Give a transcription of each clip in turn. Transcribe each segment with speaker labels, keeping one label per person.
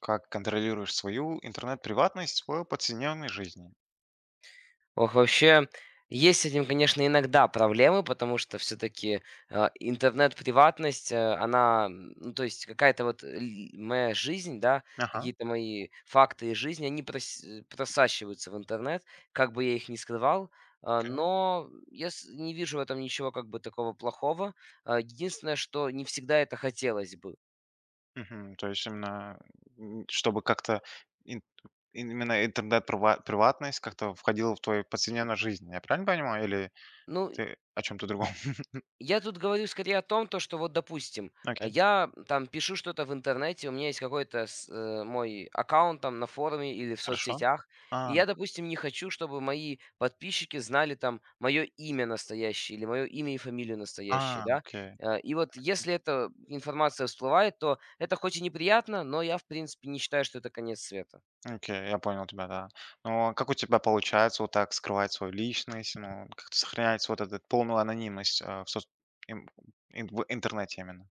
Speaker 1: Как контролируешь свою интернет-приватность в повседневной жизни?
Speaker 2: Ох, вообще, есть с этим, конечно, иногда проблемы, потому что все-таки интернет-приватность, она, ну, то есть какая-то вот моя жизнь, да,
Speaker 1: Ага,
Speaker 2: какие-то мои факты из жизни, они просачиваются в интернет, как бы я их ни скрывал,
Speaker 1: окей.
Speaker 2: но я не вижу в этом ничего как бы такого плохого. Единственное, что не всегда это хотелось бы.
Speaker 1: Мгм. То есть именно, чтобы как-то ин- именно интернет-приватность как-то входила в твою повседневную жизнь. Я правильно понимаю? Или
Speaker 2: Ну,
Speaker 1: ты о чем-то другом?
Speaker 2: я тут говорю скорее о том, то, что вот, допустим,
Speaker 1: Окей,
Speaker 2: я там пишу что-то в интернете, у меня есть какой-то мой аккаунт там на форуме или в
Speaker 1: хорошо.
Speaker 2: соцсетях,
Speaker 1: А,
Speaker 2: и я, допустим, не хочу, чтобы мои подписчики знали там мое имя настоящее или мое имя и фамилию настоящие, да.
Speaker 1: окей,
Speaker 2: И вот если эта информация всплывает, то это хоть и неприятно, но я, в принципе, не считаю, что это конец света.
Speaker 1: окей, я понял тебя, да. Но как у тебя получается вот так скрывать свою личность, ну, как-то сохранять вот эту полную анонимность а, в, соц- им- ин- в интернете именно?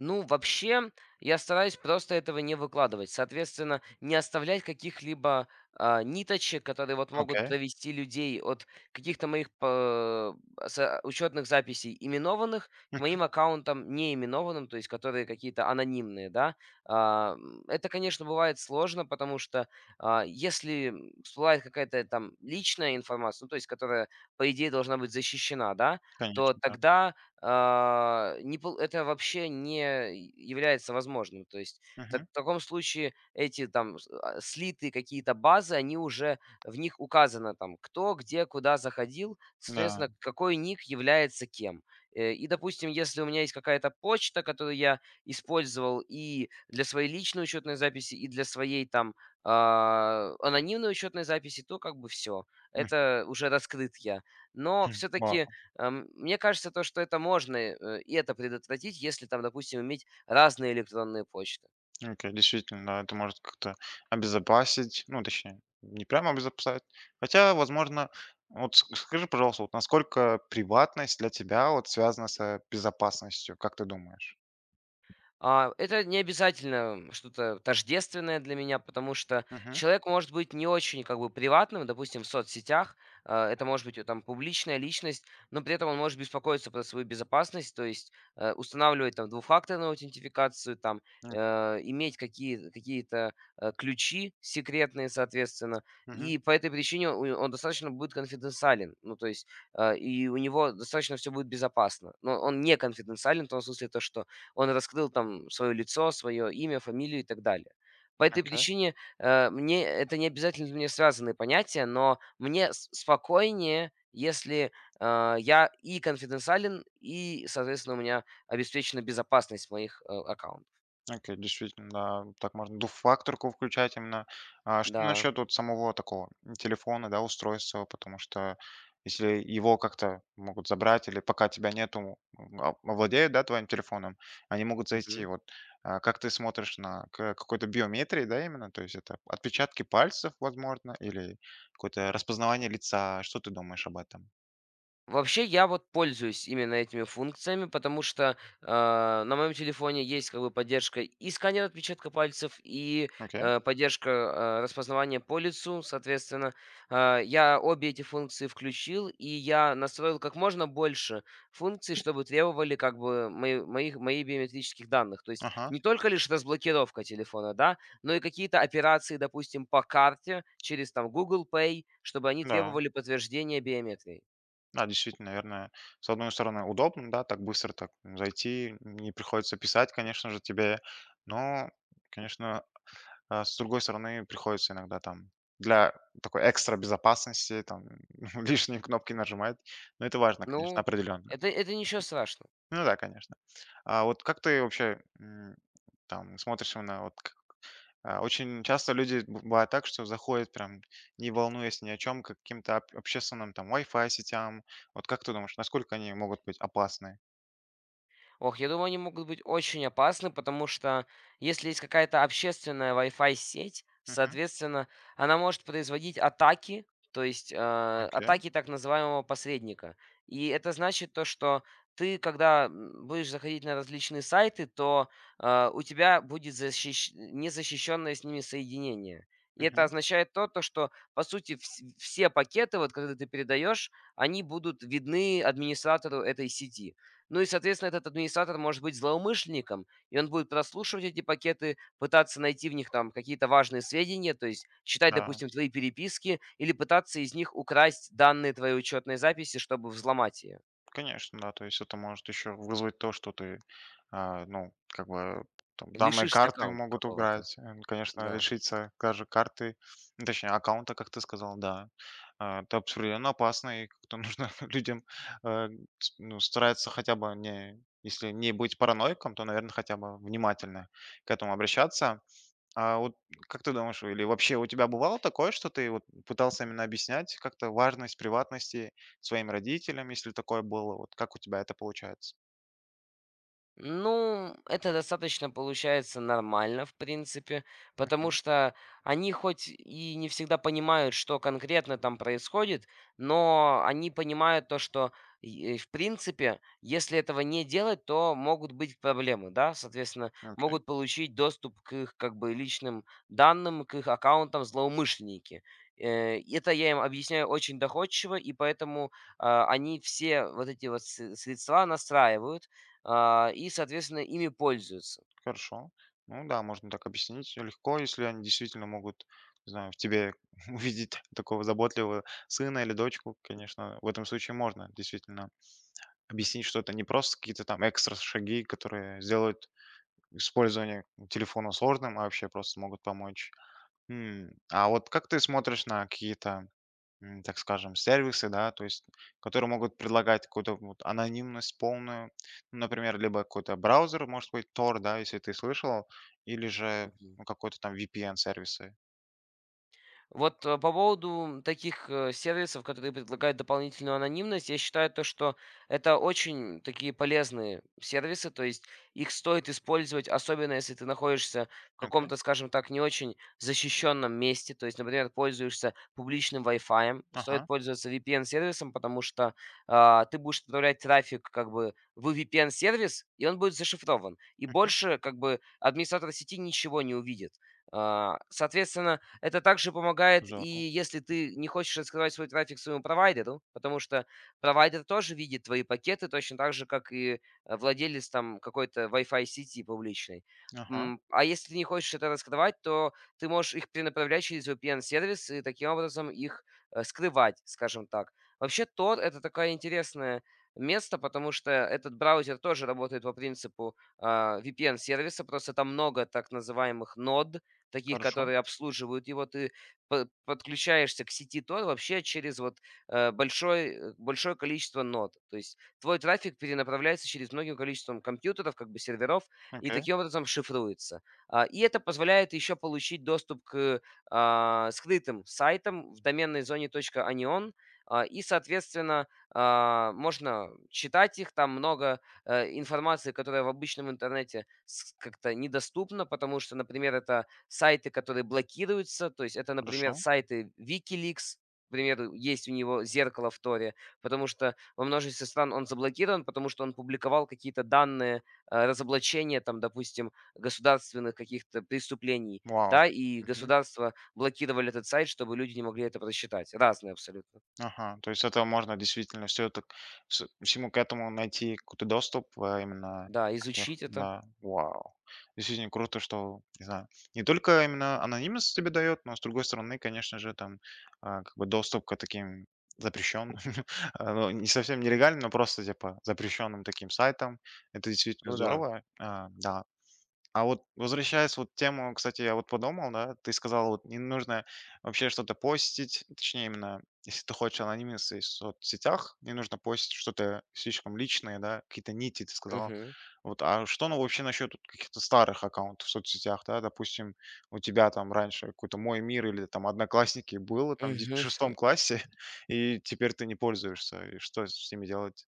Speaker 2: Ну, вообще, я стараюсь просто этого не выкладывать. Соответственно, не оставлять каких-либо ниточек, которые вот могут
Speaker 1: Окей.
Speaker 2: провести людей от каких-то моих учетных записей именованных к
Speaker 1: Мгм.
Speaker 2: моим аккаунтам неименованным, то есть которые какие-то анонимные, да. Это, конечно, бывает сложно, потому что если всплывает какая-то там личная информация, ну, то есть которая, по идее, должна быть защищена, да, то
Speaker 1: Конечно,
Speaker 2: тогда а, не пол это вообще не является возможным. То есть та в
Speaker 1: да.
Speaker 2: таком случае эти там слитые какие-то базы, они уже в них указано там, кто, где, куда заходил,
Speaker 1: Да,
Speaker 2: соответственно, какой ник является кем. И, допустим, если у меня есть какая-то почта, которую я использовал и для своей личной учетной записи, и для своей там, анонимной учетной записи, то как бы все,
Speaker 1: мгм.
Speaker 2: это уже раскрыт я. Но все-таки,
Speaker 1: Классно.
Speaker 2: Мне кажется, то, что это можно, и это предотвратить, если там, допустим, иметь разные электронные почты.
Speaker 1: Окей, действительно, да, это может как-то обезопасить, ну, точнее, не прямо обезопасить. Хотя, возможно, вот скажи, пожалуйста, вот насколько приватность для тебя вот связана с безопасностью, как ты думаешь?
Speaker 2: Это не обязательно что-то тождественное для меня, потому что
Speaker 1: Угу.
Speaker 2: человек может быть не очень как бы приватным, допустим, в соцсетях, это может быть там публичная личность, но при этом он может беспокоиться про свою безопасность, то есть устанавливать там двухфакторную аутентификацию, там э, иметь какие-то ключи секретные, соответственно, и по этой причине он достаточно будет конфиденциален, ну то есть и у него достаточно все будет безопасно, но он не конфиденциален в том смысле то, что он раскрыл там свое лицо, свое имя, фамилию и так далее. По этой
Speaker 1: Окей.
Speaker 2: причине, мне это не обязательно для меня связанные понятия, но мне с спокойнее, если, я и конфиденциален, и, соответственно, у меня обеспечена безопасность моих, аккаунтов.
Speaker 1: Окей, действительно, да, так можно двухфакторку включать именно. А что
Speaker 2: Да.
Speaker 1: насчет вот самого такого телефона, да, устройства? Потому что если его как-то могут забрать или пока тебя нету, овладеют, да, твоим телефоном, они могут зайти.
Speaker 2: Мгм.
Speaker 1: Вот как ты смотришь на какой-то биометрии, да, именно? То есть это отпечатки пальцев, возможно, или какое-то распознавание лица. Что ты думаешь об этом?
Speaker 2: Вообще, я вот пользуюсь именно этими функциями, потому что, э, на моем телефоне есть как бы поддержка и сканер отпечатка пальцев, и,
Speaker 1: Окей,
Speaker 2: поддержка, распознавания по лицу, соответственно. Я обе эти функции включил, и я настроил как можно больше функций, чтобы требовали как бы моих биометрических данных. То есть
Speaker 1: ага,
Speaker 2: не только лишь разблокировка телефона, да, но и какие-то операции, допустим, по карте через там Google Pay, чтобы они
Speaker 1: да.
Speaker 2: требовали подтверждения биометрии.
Speaker 1: Да, действительно, наверное, с одной стороны, удобно, да, так быстро так зайти, не приходится писать, конечно же, тебе, но, конечно, с другой стороны, приходится иногда там для такой экстра безопасности там лишние кнопки нажимать, но это важно, конечно,
Speaker 2: Ну,
Speaker 1: определенно.
Speaker 2: это ничего страшного.
Speaker 1: Ну да, конечно. А вот как ты вообще, там смотришь на очень часто люди б бывает так, что заходят прям, не волнуясь ни о чем к каким-то об общественным там Wi-Fi сетям. Вот как ты думаешь, насколько они могут быть опасны?
Speaker 2: Ох, я думаю, они могут быть очень опасны, потому что если есть какая-то общественная Wi-Fi сеть,
Speaker 1: Мгм.
Speaker 2: соответственно, она может производить атаки, то есть
Speaker 1: Окей.
Speaker 2: атаки так называемого посредника. И это значит то, что ты, когда будешь заходить на различные сайты, то у тебя будет незащищенное с ними соединение. И это
Speaker 1: Мгм.
Speaker 2: означает то, что, по сути, все пакеты, вот, когда ты передаешь, они будут видны администратору этой сети. Ну и, соответственно, этот администратор может быть злоумышленником, и он будет прослушивать эти пакеты, пытаться найти в них там какие-то важные сведения, то есть читать,
Speaker 1: Да.
Speaker 2: допустим, твои переписки или пытаться из них украсть данные твоей учетной записи, чтобы взломать ее.
Speaker 1: Конечно, да. То есть это может еще вызвать то, что ты, ну, как бы там данные
Speaker 2: Лишишься
Speaker 1: карты
Speaker 2: аккаунта
Speaker 1: могут
Speaker 2: какого-то.
Speaker 1: уграть. Конечно,
Speaker 2: Да.
Speaker 1: лишиться даже карты, ну, точнее аккаунта, как ты сказал, да. А, это абсолютно опасно, и как-то нужно людям э, ну, стараться хотя бы не, если не быть параноиком, то, наверное, хотя бы внимательно к этому обращаться. А вот как ты думаешь, или вообще у тебя бывало такое, что ты вот пытался именно объяснять как-то важность приватности своим родителям, если такое было? Вот как у тебя это получается?
Speaker 2: Ну, это достаточно получается нормально, в принципе, потому
Speaker 1: Мгм.
Speaker 2: что они хоть и не всегда понимают, что конкретно там происходит, но они понимают то, что, и в принципе, если этого не делать, то могут быть проблемы, да, соответственно,
Speaker 1: Окей,
Speaker 2: могут получить доступ к их как бы личным данным, к их аккаунтам злоумышленники. Это я им объясняю очень доходчиво, и поэтому они все вот эти вот средства настраивают, и, соответственно, ими пользуются.
Speaker 1: хорошо. Ну да, можно так объяснить легко, если они действительно могут, не знаю, в тебе увидеть такого заботливого сына или дочку, конечно, в этом случае можно действительно объяснить, что это не просто какие-то там экстра шаги, которые сделают использование телефона сложным, а вообще просто могут помочь. А вот как ты смотришь на какие-то, так скажем, сервисы, да, то есть, которые могут предлагать какую-то вот анонимность полную, ну, например, либо какой-то браузер, может быть, Tor, да, если ты слышал, или же
Speaker 2: Мгм.
Speaker 1: ну, какой-то там VPN-сервисы.
Speaker 2: Вот по поводу таких сервисов, которые предлагают дополнительную анонимность, я считаю то, что это очень такие полезные сервисы, то есть их стоит использовать, особенно если ты находишься в
Speaker 1: Окей,
Speaker 2: каком-то, скажем так, не очень защищенном месте, то есть, например, пользуешься публичным Wi-Fi, стоит
Speaker 1: ага,
Speaker 2: пользоваться VPN-сервисом, потому что ты будешь отправлять трафик как бы в VPN-сервис, и он будет зашифрован, и
Speaker 1: мгм,
Speaker 2: больше как бы администратор сети ничего не увидит. Соответственно, это также помогает и
Speaker 1: здорово,
Speaker 2: если ты не хочешь раскрывать свой трафик своему провайдеру, потому что провайдер тоже видит твои пакеты точно так же, как и владелец там какой-то Wi-Fi сети публичной.
Speaker 1: ага,
Speaker 2: А если ты не хочешь это раскрывать, то ты можешь их перенаправлять через VPN-сервис и таким образом их скрывать, скажем так. Вообще Tor — это такое интересное место, потому что этот браузер тоже работает по принципу VPN-сервиса, просто там много так называемых нод, таких,
Speaker 1: хорошо,
Speaker 2: которые обслуживают его, ты подключаешься к сети Tor вообще через вот большое количество нод. То есть твой трафик перенаправляется через многим количеством компьютеров, как бы серверов, и
Speaker 1: окей,
Speaker 2: таким образом шифруется. И это позволяет еще получить доступ к скрытым сайтам в доменной зоне .anion, и, соответственно, можно читать их, там много информации, которая в обычном интернете как-то недоступна, потому что, например, это сайты, которые блокируются. То есть это,
Speaker 1: хорошо,
Speaker 2: например, сайты Wikileaks, к примеру, есть у него зеркало в Торе, потому что во множестве стран он заблокирован, потому что он публиковал какие-то данные разоблачения, там, допустим, государственных каких-то преступлений,
Speaker 1: вау.
Speaker 2: да, и государства блокировали этот сайт, чтобы люди не могли это просчитать. Разные абсолютно.
Speaker 1: Ага, то есть это можно действительно все это с всему к этому найти какой-то доступ, именно
Speaker 2: Да,
Speaker 1: таких,
Speaker 2: изучить это.
Speaker 1: да, вау. Действительно круто, что, не знаю, не только именно анонимность тебе дает, но с другой стороны, конечно же, там, как бы доступ к таким запрещенным, ну, не совсем нелегальным, но просто типа запрещенным таким сайтам. Это действительно
Speaker 2: Ну да.
Speaker 1: здорово, да. А вот возвращаясь вот в тему, кстати, я вот подумал, да, ты сказал, вот не нужно вообще что-то постить, точнее именно, если ты хочешь анонимности в соцсетях, не нужно постить что-то слишком личное, да, какие-то нити, ты сказал.
Speaker 2: Мгм.
Speaker 1: Вот, а что, ну, вообще насчет вот каких-то старых аккаунтов в соцсетях, да, допустим, у тебя там раньше какой-то «Мой мир» или там «Одноклассники» было там в
Speaker 2: Мгм.
Speaker 1: шестом классе, и теперь ты не пользуешься, и что с ними делать?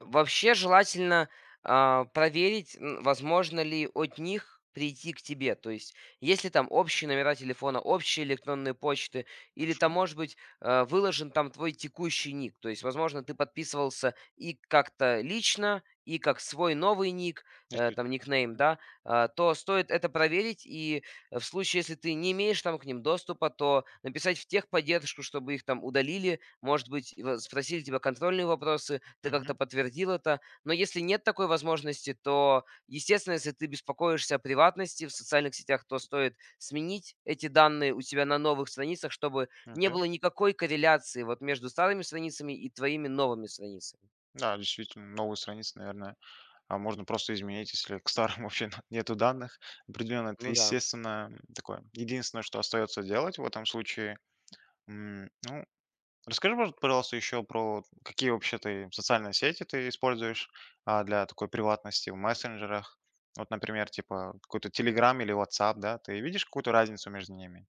Speaker 2: Вообще желательно, проверить, возможно ли от них прийти к тебе. То есть, если там общие номера телефона, общие электронные почты, или
Speaker 1: Хорошо,
Speaker 2: там, может быть, выложен там твой текущий ник. То есть, возможно, ты подписывался и как-то лично, и как свой новый ник, там
Speaker 1: действительно.
Speaker 2: никнейм,
Speaker 1: Мгм.
Speaker 2: да, то стоит это проверить. И в случае, если ты не имеешь там к ним доступа, то написать в техподдержку, чтобы их там удалили, может быть, и во спросили тебя контрольные вопросы, ты
Speaker 1: Мгм.
Speaker 2: как-то подтвердил это. Но если нет такой возможности, то, естественно, если ты беспокоишься о приватности в социальных сетях, то стоит сменить эти данные у себя на новых страницах, чтобы не
Speaker 1: Окей.
Speaker 2: было никакой корреляции вот между старыми страницами и твоими новыми страницами.
Speaker 1: Да, действительно, новые страницы, наверное. А можно просто изменить, если к старым вообще нету данных. Определенно, это
Speaker 2: Ну да.
Speaker 1: естественно такое. Единственное, что остается делать в этом случае. Ну, расскажи, пожалуйста, еще про какие вообще ты социальные сети ты используешь для такой приватности в мессенджерах. Вот, например, типа какой-то Telegram или WhatsApp, да? Ты видишь какую-то разницу между ними?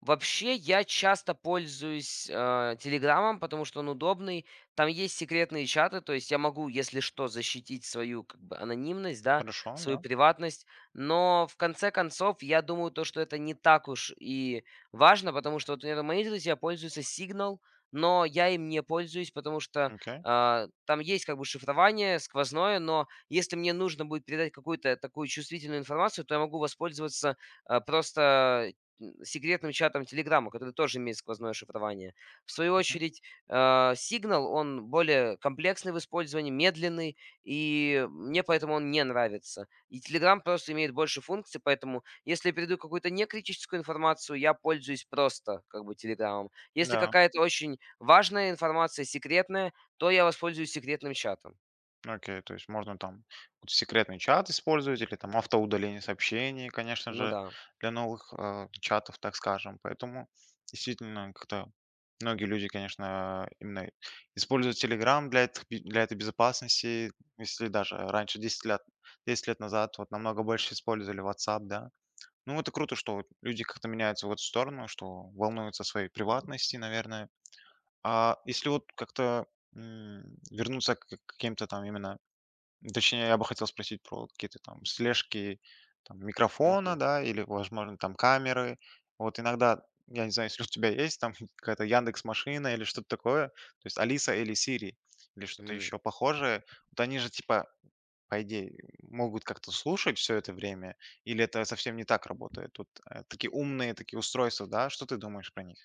Speaker 2: Вообще, я часто пользуюсь, "Телеграмом", потому что он удобный. Там есть секретные чаты, то есть я могу, если что, защитить свою как бы анонимность, да,
Speaker 1: Хорошо,
Speaker 2: свою
Speaker 1: да.
Speaker 2: приватность. Но в конце концов, я думаю, то, что это не так уж и важно, потому что, вот, например, мои друзья пользуются Signal, но я им не пользуюсь, потому что,
Speaker 1: Окей.
Speaker 2: там есть как бы шифрование сквозное, но если мне нужно будет передать какую-то такую чувствительную информацию, то я могу воспользоваться, а, просто секретным чатом "Телеграма", который тоже имеет сквозное шифрование. В свою очередь, Signal, он более комплексный в использовании, медленный, и мне поэтому он не нравится. И Telegram просто имеет больше функций, поэтому если я передаю какую-то некритическую информацию, я пользуюсь просто как бы "Телеграмом". Если
Speaker 1: Да.
Speaker 2: какая-то очень важная информация, секретная, то я воспользуюсь секретным чатом.
Speaker 1: Окей, то есть можно там вот секретный чат использовать или там автоудаление сообщений, конечно
Speaker 2: Ну
Speaker 1: же,
Speaker 2: да.
Speaker 1: для новых чатов, так скажем. Поэтому действительно как-то многие люди, конечно, именно используют Telegram для этой безопасности. Если даже раньше 10 лет назад вот намного больше использовали WhatsApp, да. Ну, это круто, что вот люди как-то меняются в эту сторону, что волнуются о своей приватности, наверное. А если вот как-то вернуться к каким-то там именно. Точнее, я бы хотел спросить про какие-то там слежки там, микрофона,
Speaker 2: Мгм.
Speaker 1: да, или, возможно, там камеры. Вот иногда, я не знаю, если у тебя есть там какая-то Яндекс машина или что-то такое, то есть Алиса или Сири или что-то
Speaker 2: М.
Speaker 1: еще похожее, вот они же типа по идее могут как-то слушать все это время, или это совсем не так работает? Тут такие умные такие устройства, да? Что ты думаешь про них?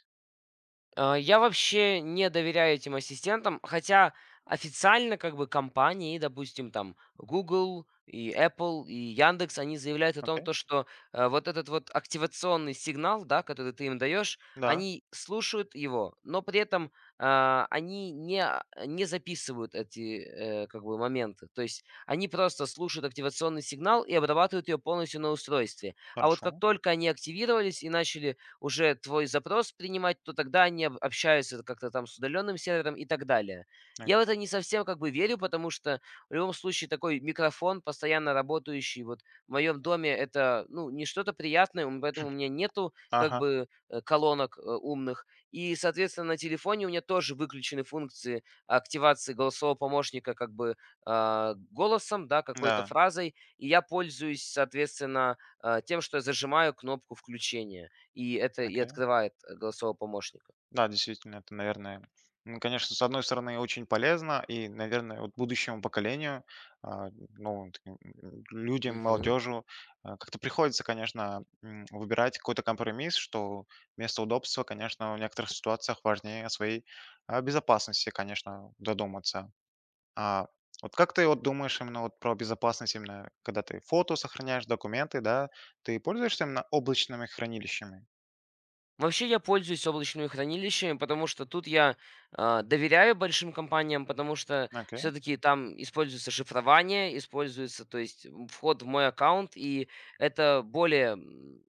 Speaker 2: Я вообще не доверяю этим ассистентам, хотя официально как бы компании, допустим, там Google и Apple и Яндекс, они заявляют о том,
Speaker 1: Окей,
Speaker 2: то, что вот этот вот активационный сигнал, да, который ты им даешь,
Speaker 1: да,
Speaker 2: они слушают его, но при этом они не записывают эти как бы моменты. То есть они просто слушают активационный сигнал и обрабатывают ее полностью на устройстве. А вот
Speaker 1: хорошо.
Speaker 2: как только они активировались и начали уже твой запрос принимать, то тогда они общаются как-то там с удаленным сервером и так далее.
Speaker 1: Э,
Speaker 2: Я в это не совсем как бы верю, потому что в любом случае такой микрофон, постоянно работающий вот в моем доме, это ну, не что-то приятное, поэтому у меня нету как
Speaker 1: Ага,
Speaker 2: бы колонок умных. И, соответственно, на телефоне у меня тоже выключены функции активации голосового помощника как бы голосом, да, какой-то
Speaker 1: да,
Speaker 2: фразой, и я пользуюсь, соответственно, тем, что я зажимаю кнопку включения. И это и открывает, голосового помощника.
Speaker 1: да, действительно, это, наверное, ну, конечно, с одной стороны, очень полезно, и, наверное, вот будущему поколению, а, ну, таким, людям,
Speaker 2: Мгм.
Speaker 1: молодежи, как-то приходится, конечно, выбирать какой-то компромисс, что вместо удобства, конечно, в некоторых ситуациях важнее о своей безопасности, конечно, задуматься. А вот как ты вот думаешь именно вот про безопасность, именно когда ты фото сохраняешь, документы, да, ты пользуешься именно облачными хранилищами?
Speaker 2: Вообще я пользуюсь облачными хранилищами, потому что тут я доверяю большим компаниям, потому что
Speaker 1: Окей,
Speaker 2: все-таки там используется шифрование, используется, то есть вход в мой аккаунт, и это более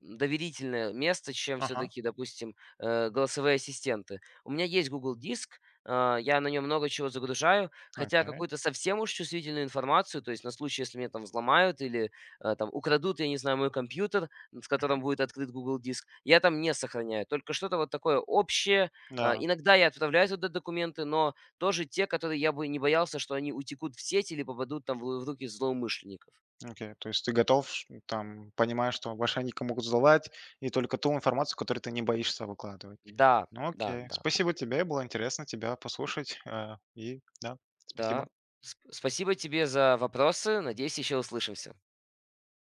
Speaker 2: доверительное место, чем
Speaker 1: ага,
Speaker 2: все-таки, допустим, голосовые ассистенты. У меня есть Google Диск, я на нем много чего загружаю, хотя
Speaker 1: окей,
Speaker 2: какую-то совсем уж чувствительную информацию, то есть на случай, если меня там взломают или там украдут, я не знаю, мой компьютер, с которым будет открыт Google Диск, я там не сохраняю. Только что-то вот такое общее.
Speaker 1: да.
Speaker 2: Иногда я отправляю туда документы, но тоже те, которые я бы не боялся, что они утекут в сеть или попадут там в в руки злоумышленников.
Speaker 1: Окей, то есть ты готов, там, понимаешь, что мошенники могут взломать, и только ту информацию, которую ты не боишься выкладывать.
Speaker 2: Да,
Speaker 1: Ну
Speaker 2: да,
Speaker 1: окей,
Speaker 2: да,
Speaker 1: спасибо тебе, было интересно тебя послушать, и да,
Speaker 2: да.
Speaker 1: спасибо.
Speaker 2: Спасибо тебе за вопросы. Надеюсь, еще услышимся.